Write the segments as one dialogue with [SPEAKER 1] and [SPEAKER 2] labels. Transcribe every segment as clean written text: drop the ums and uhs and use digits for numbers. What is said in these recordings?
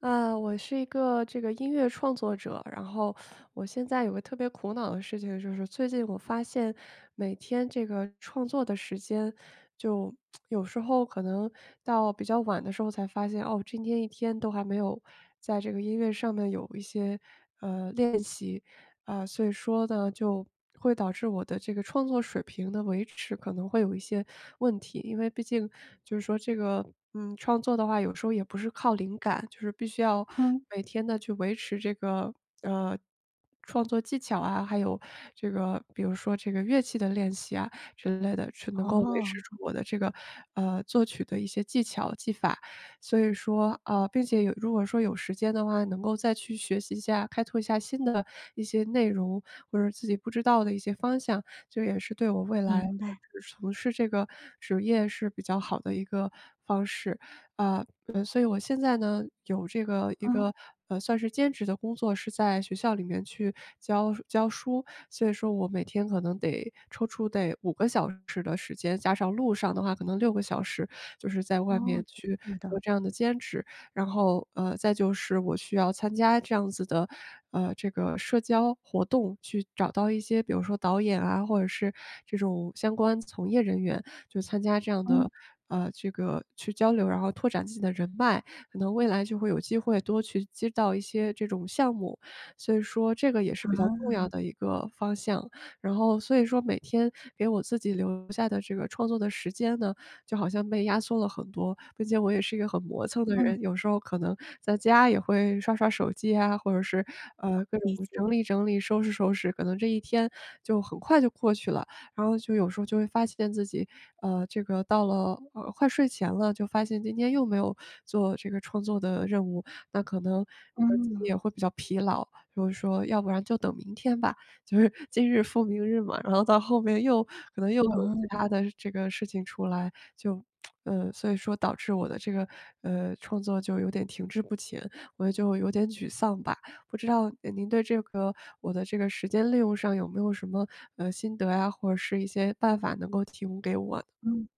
[SPEAKER 1] 啊，我是一个这个音乐创作者，然后我现在有个特别苦恼的事情，就是最近我发现每天这个创作的时间，就有时候可能到比较晚的时候才发现，哦，今天一天都还没有在这个音乐上面有一些练习，啊，所以说呢，就会导致我的这个创作水平的维持可能会有一些问题。因为毕竟就是说这个，嗯，创作的话，有时候也不是靠灵感，就是必须要
[SPEAKER 2] 嗯，
[SPEAKER 1] 每天的去维持这个呃创作技巧啊，还有这个比如说这个乐器的练习啊之类的，去能够维
[SPEAKER 2] 哦，
[SPEAKER 1] 持住我的这个作曲的一些技巧技法。所以说，啊，并且有如果说有时间的话，能够再去学习一下，开拓一下新的一些内容，或者自己不知道的一些方向，就也是对我未来
[SPEAKER 2] 明白，
[SPEAKER 1] 就是从事这个职业是比较好的一个方式。啊，所以我现在呢，有这个一
[SPEAKER 2] 嗯，
[SPEAKER 1] 个，算是兼职的工作，是在学校里面去教教书，所以说我每天可能得抽出得5个小时的时间，加上路上的话可能6个小时，就是在外
[SPEAKER 2] 哦，
[SPEAKER 1] 面去
[SPEAKER 2] 挺久
[SPEAKER 1] 做
[SPEAKER 2] 的，
[SPEAKER 1] 这样的兼职。然后，再就是我需要参加这样子的，这个社交活动，去找到一些比如说导演啊，或者是这种相关从业人员，就参加这样
[SPEAKER 2] 嗯，
[SPEAKER 1] 的，这个去交流，然后拓展自己的人脉，可能未来就会有机会多去接到一些这种项目。所以说这个也是
[SPEAKER 2] 啊，
[SPEAKER 1] 比较重要的一个方向。然后所以说每天给我自己留下的这个创作的时间呢，就好像被压缩了很多，并且我也是一个很磨蹭的
[SPEAKER 2] 嗯，
[SPEAKER 1] 人，有时候可能在家也会刷刷手机啊，或者是，各种
[SPEAKER 2] 理解，
[SPEAKER 1] 整理整理、收拾收拾，可能这一天就很快就过去了。然后就有时候就会发现自己，这个到了，快睡前了，就发现今天又没有做这个创作的任务，那可能，自己
[SPEAKER 2] 嗯，
[SPEAKER 1] 也会比较疲劳，就是说要不然就等明天吧，就是今日复明日嘛，然后到后面又可能又有其
[SPEAKER 2] 哦，
[SPEAKER 1] 他的这个事情出来，就所以说导致我的这个，创作就有点停滞不前，我就有点沮丧吧。不知道您对这个我的这个时间利用上有没有什么，心得呀，或者是一些办法能够提供给我
[SPEAKER 2] 嗯。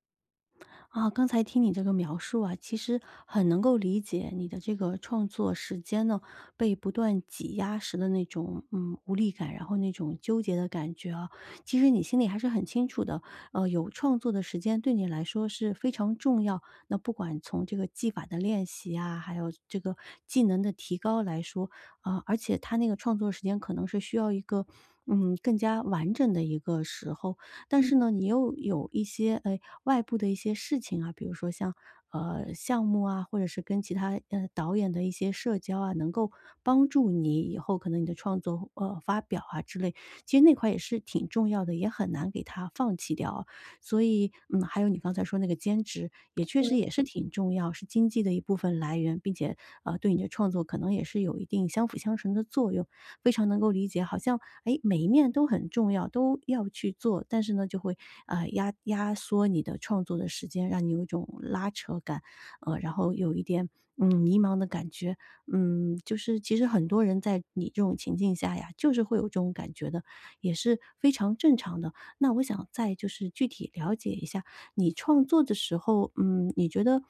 [SPEAKER 2] 刚才听你这个描述啊，其实很能够理解你的这个创作时间呢，被不断挤压时的那种，无力感，然后那种纠结的感觉啊。其实你心里还是很清楚的，有创作的时间对你来说是非常重要。那不管从这个技法的练习啊，还有这个技能的提高来说，啊、而且他那个创作时间可能是需要一个，更加完整的一个时候。但是呢，你又有一些哎外部的一些事情啊，比如说像项目啊，或者是跟其他导演的一些社交啊，能够帮助你以后可能你的创作发表啊之类，其实那块也是挺重要的，也很难给它放弃掉啊。所以嗯，还有你刚才说那个兼职，也确实也是挺重要，是经济的一部分来源，并且对你的创作可能也是有一定相辅相成的作用，非常能够理解。好像哎，每一面都很重要，都要去做，但是呢，就会压压缩你的创作的时间，让你有一种拉扯感，然后有一点嗯迷茫的感觉，就是其实很多人在你这种情境下呀，就是会有这种感觉的，也是非常正常的。那我想再就是具体了解一下，你创作的时候，你觉得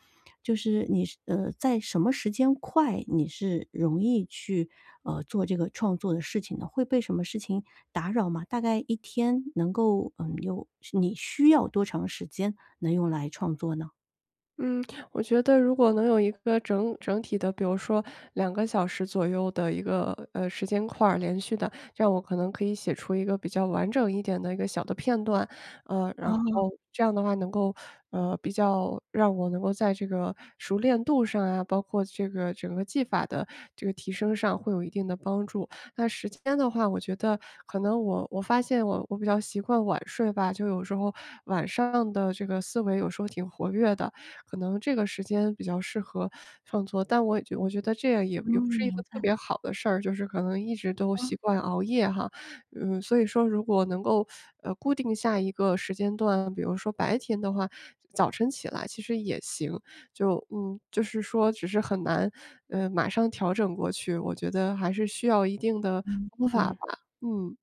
[SPEAKER 2] 就是你是呃，在什么时间块你是容易去做这个创作的事情呢？会被什么事情打扰吗？大概一天能够嗯有你需要多长时间能用来创作呢？
[SPEAKER 1] 嗯，我觉得如果能有一个整整体的，比如说2个小时左右的一个，时间块儿连续的，这样我可能可以写出一个比较完整一点的一个小的片段。然后
[SPEAKER 2] 哦，
[SPEAKER 1] 这样的话能够，比较让我能够在这个熟练度上啊，包括这个整个技法的这个提升上会有一定的帮助。那时间的话，我觉得可能我发现我比较习惯晚睡吧，就有时候晚上的这个思维有时候挺活跃的，可能这个时间比较适合创作。但我也觉得这样也
[SPEAKER 2] 嗯，
[SPEAKER 1] 也不是一
[SPEAKER 2] 明
[SPEAKER 1] 个特
[SPEAKER 2] 白，
[SPEAKER 1] 别好的事儿，就是可能一直都习惯熬夜哈。嗯，所以说如果能够，固定下一个时间段，比如说白天的话，早晨起来其实也行。就嗯，就是说只是很难，马上调整过去，我觉得还是需要一定的
[SPEAKER 2] 嗯，
[SPEAKER 1] 方
[SPEAKER 2] 理
[SPEAKER 1] 法吧，
[SPEAKER 2] 解。
[SPEAKER 1] 嗯。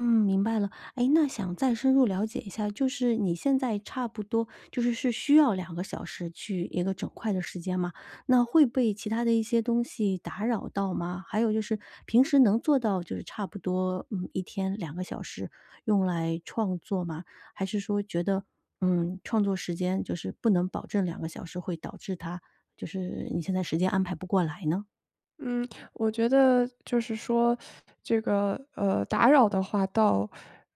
[SPEAKER 2] 嗯，明白了。哎，那想再深入了解一下，就是你现在差不多是需要两个小时去一个整块的时间吗？那会被其他的一些东西打扰到吗？还有就是平时能做到就是差不多，嗯一天两个小时用来创作吗？还是说觉得，创作时间就是不能保证两个小时，会导致它就是你现在时间安排不过来呢？
[SPEAKER 1] 嗯，我觉得就是说，这个打扰的话倒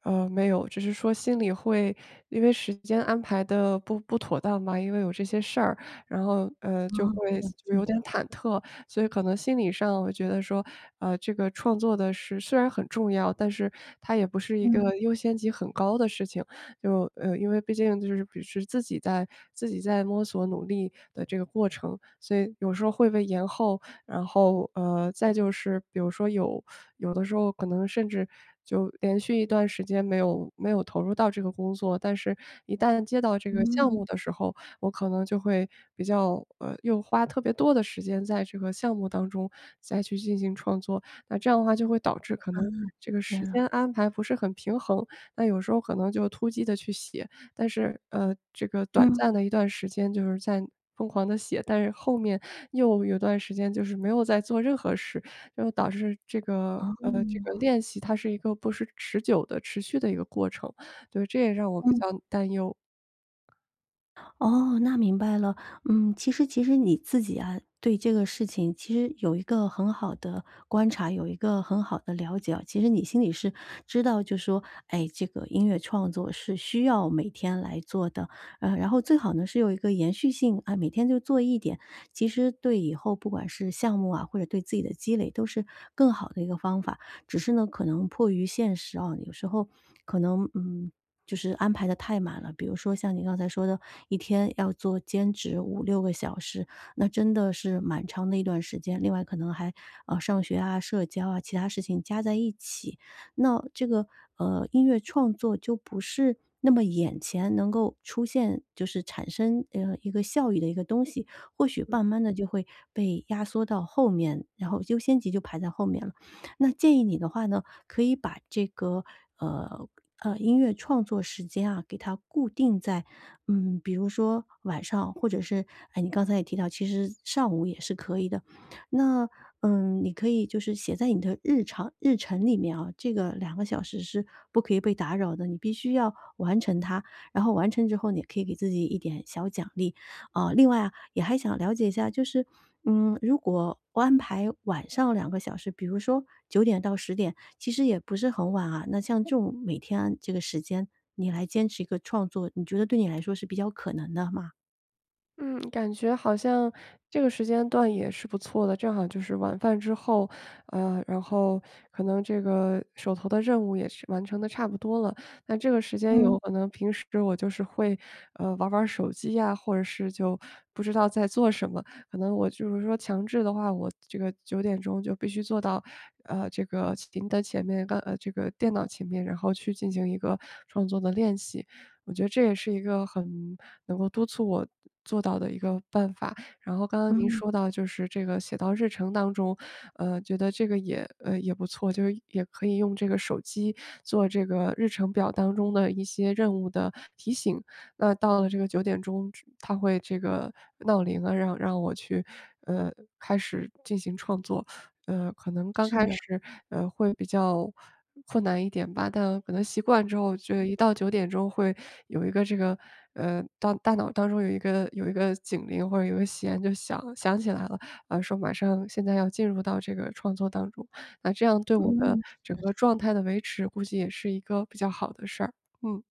[SPEAKER 1] 没有，只是说心里会因为时间安排的不妥当吧，因为有这些事儿，然后
[SPEAKER 2] 哦，
[SPEAKER 1] 就会
[SPEAKER 2] 了
[SPEAKER 1] 就
[SPEAKER 2] 解，
[SPEAKER 1] 有点忐忑，所以可能心理上我觉得说，这个创作的是虽然很重要，但是它也不是一
[SPEAKER 2] 嗯，
[SPEAKER 1] 个优先级很高的事情，就因为毕竟就是只是自己在自己在摸索努力的这个过程，所以有时候会被延后。然后，再就是比如说有的时候可能甚至就连续一段时间没有投入到这个工作，但是一旦接到这个项
[SPEAKER 2] 嗯，了
[SPEAKER 1] 目的时候，我可能就会比较又花特别多的时间在这个项目当中再去进行创作。那这样的话就会导致可能这个
[SPEAKER 2] 解
[SPEAKER 1] 时
[SPEAKER 2] 了，
[SPEAKER 1] 间安排不是很平衡，那有时候可能就突击的去写，但是，这个短
[SPEAKER 2] 嗯，
[SPEAKER 1] 暂的一段时间就是在疯狂的写，但是后面又有段时间就是没有在做任何事，就导致这个
[SPEAKER 2] 哦，
[SPEAKER 1] 这个练习它是一个不是持久的、持续的一个过程，对，这也让我比
[SPEAKER 2] 嗯。
[SPEAKER 1] 较担忧。
[SPEAKER 2] 哦，那明白了。嗯，其实你自己啊，对这个事情其实有一个很好的观察，有一个很好的了解啊。其实你心里是知道，就说，哎，这个音乐创作是需要每天来做的，然后最好呢是有一个延续性啊，每天就做一点。其实对以后不管是项目啊，或者对自己的积累，都是更好的一个方法。只是呢，可能迫于现实啊，有时候可能就是安排的太满了。比如说像你刚才说的，一天要做兼职5、6个小时，那真的是蛮长的一段时间。另外可能还，上学啊、社交啊、其他事情加在一起，那这个，音乐创作就不是那么眼前能够出现就是产生，一个效益的一个东西，或许慢慢的就会被压缩到后面，然后优先级就排在后面了。那建议你的话呢，可以把这个呃音乐创作时间啊，给它固定在，比如说晚上，或者是哎，你刚才也提到，其实上午也是可以的。那嗯，你可以就是写在你的日常日程里面啊，这个两个小时是不可以被打扰的，你必须要完成它。然后完成之后，你也可以给自己一点小奖励，啊，另外啊，也还想了解一下，就是，如果我安排晚上两个小时，比如说9点到10点，其实也不是很晚啊。那像这种每天这个时间，你来坚持一个创作，你觉得对你来说是比较可能的吗？
[SPEAKER 1] 嗯，感觉好像这个时间段也是不错的，正好就是晚饭之后，然后可能这个手头的任务也是完成的差不多了。那这个时间有
[SPEAKER 2] 嗯
[SPEAKER 1] 嗯可能平时我就是会，玩玩手机呀，或者是就不知道在做什么。可能我就是说强制的话，我这个九点钟就必须做到，这个琴的前面，刚这个电脑前面，然后去进行一个创作的练习。我觉得这也是一个很能够督促我做到的一个办法。然后刚刚您
[SPEAKER 2] 嗯，
[SPEAKER 1] 说到就是这个写到日程当中，觉得这个也也不错，就是也可以用这个手机做这个日程表当中的一些任务的提醒。那到了这个九点钟，它会这个闹铃啊，让我去，呃，开始进行创作。可能刚
[SPEAKER 2] 是
[SPEAKER 1] 开
[SPEAKER 2] 的，
[SPEAKER 1] 始，会比较困难一点吧，但可能习惯之后，就一到九点钟会有一个这个，当大脑当中有一个警铃或者有一个弦就响起来了，说马上现在要进入到这个创作当中，那这样对我的
[SPEAKER 2] 嗯。
[SPEAKER 1] 整
[SPEAKER 2] 是
[SPEAKER 1] 个
[SPEAKER 2] 的
[SPEAKER 1] 状态的维持，估计也是一个比较好的事儿，嗯。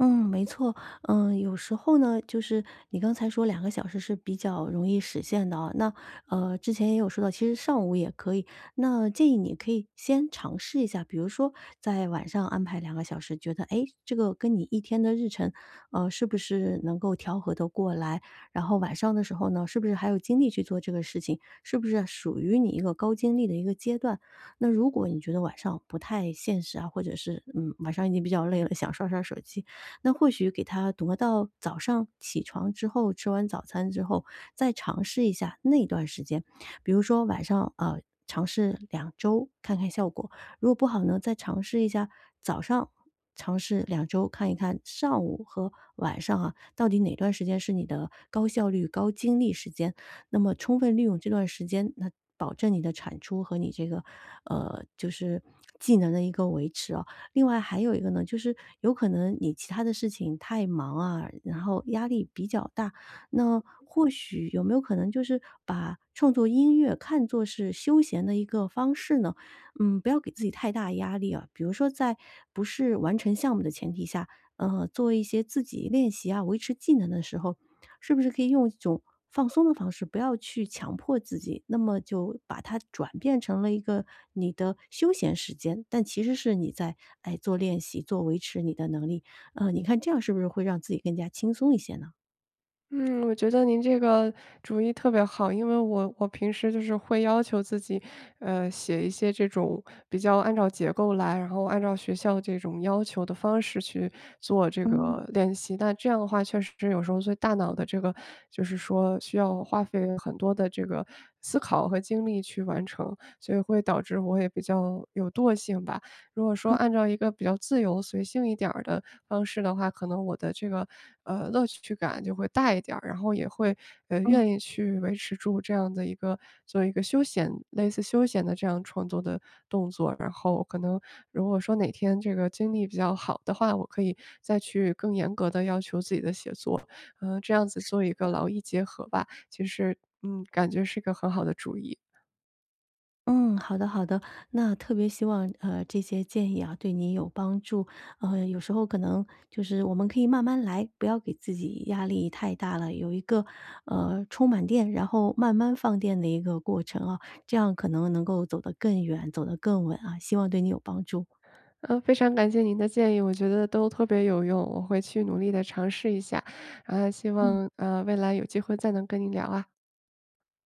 [SPEAKER 2] 嗯，没错，有时候呢，就是你刚才说两个小时是比较容易实现的啊。那之前也有说到，其实上午也可以。那建议你可以先尝试一下，比如说在晚上安排两个小时，觉得哎，诶这个跟你一天的日程，是不是能够调和的过来？然后晚上的时候呢，是不是还有精力去做这个事情？是不是属于你一个高精力的一个阶段？那如果你觉得晚上不太现实啊，或者是嗯，晚上已经比较累了，想刷刷手机。那或许给他挪到早上起床之后，吃完早餐之后，再尝试一下那段时间。比如说晚上啊，尝试两周看看效果，如果不好呢，再尝试一下早上，尝试两周看一看上午和晚上啊，到底哪段时间是你的高效率、高精力时间。那么充分利用这段时间，那保证你的产出和你这个，呃，就是技能的一个维持啊。另外还有一个呢，就是有可能你其他的事情太忙啊，然后压力比较大，那或许有没有可能就是把创作音乐看作是休闲的一个方式呢？嗯，不要给自己太大压力啊。比如说在不是完成项目的前提下，做一些自己练习啊、维持技能的时候，是不是可以用一种放松的方式，不要去强迫自己，那么就把它转变成了一个你的休闲时间，但其实是你在哎做练习，做维持你的能力。你看这样是不是会让自己更加轻松一些呢？
[SPEAKER 1] 嗯，我觉得您这个主意特别好，因为我平时就是会要求自己，写一些这种比较按照结构来，然后按照学校这种要求的方式去做这
[SPEAKER 2] 嗯
[SPEAKER 1] 个练习。那这样的话，确实有时候对大脑的这个，就是说需要花费很多的这个思考和精力去完成，所以会导致我也比较有惰性吧。如果说按照一个比较自由随性一点儿的方式的话，可能我的这个，乐趣感就会大一点儿，然后也会，
[SPEAKER 2] 嗯。
[SPEAKER 1] 愿意去维持住这样的一个做一个休闲类似休闲的这样创作的动作。然后可能如果说哪天这个精力比较好的话，我可以再去更严格的要求自己的写作，嗯，这样子做一个劳逸结合吧，其实，嗯，感觉是一个很好的主意。
[SPEAKER 2] 嗯，好的好的，那特别希望，这些建议啊，对你有帮助。有时候可能就是我们可以慢慢来，不要给自己压力太大了，有一个，充满电，然后慢慢放电的一个过程啊，这样可能能够走得更远，走得更稳啊，希望对你有帮助。
[SPEAKER 1] 非常感谢您的建议，我觉得都特别有用，我会去努力的尝试一下，啊，希
[SPEAKER 2] 嗯。
[SPEAKER 1] 望，未来有机会再能跟您聊啊。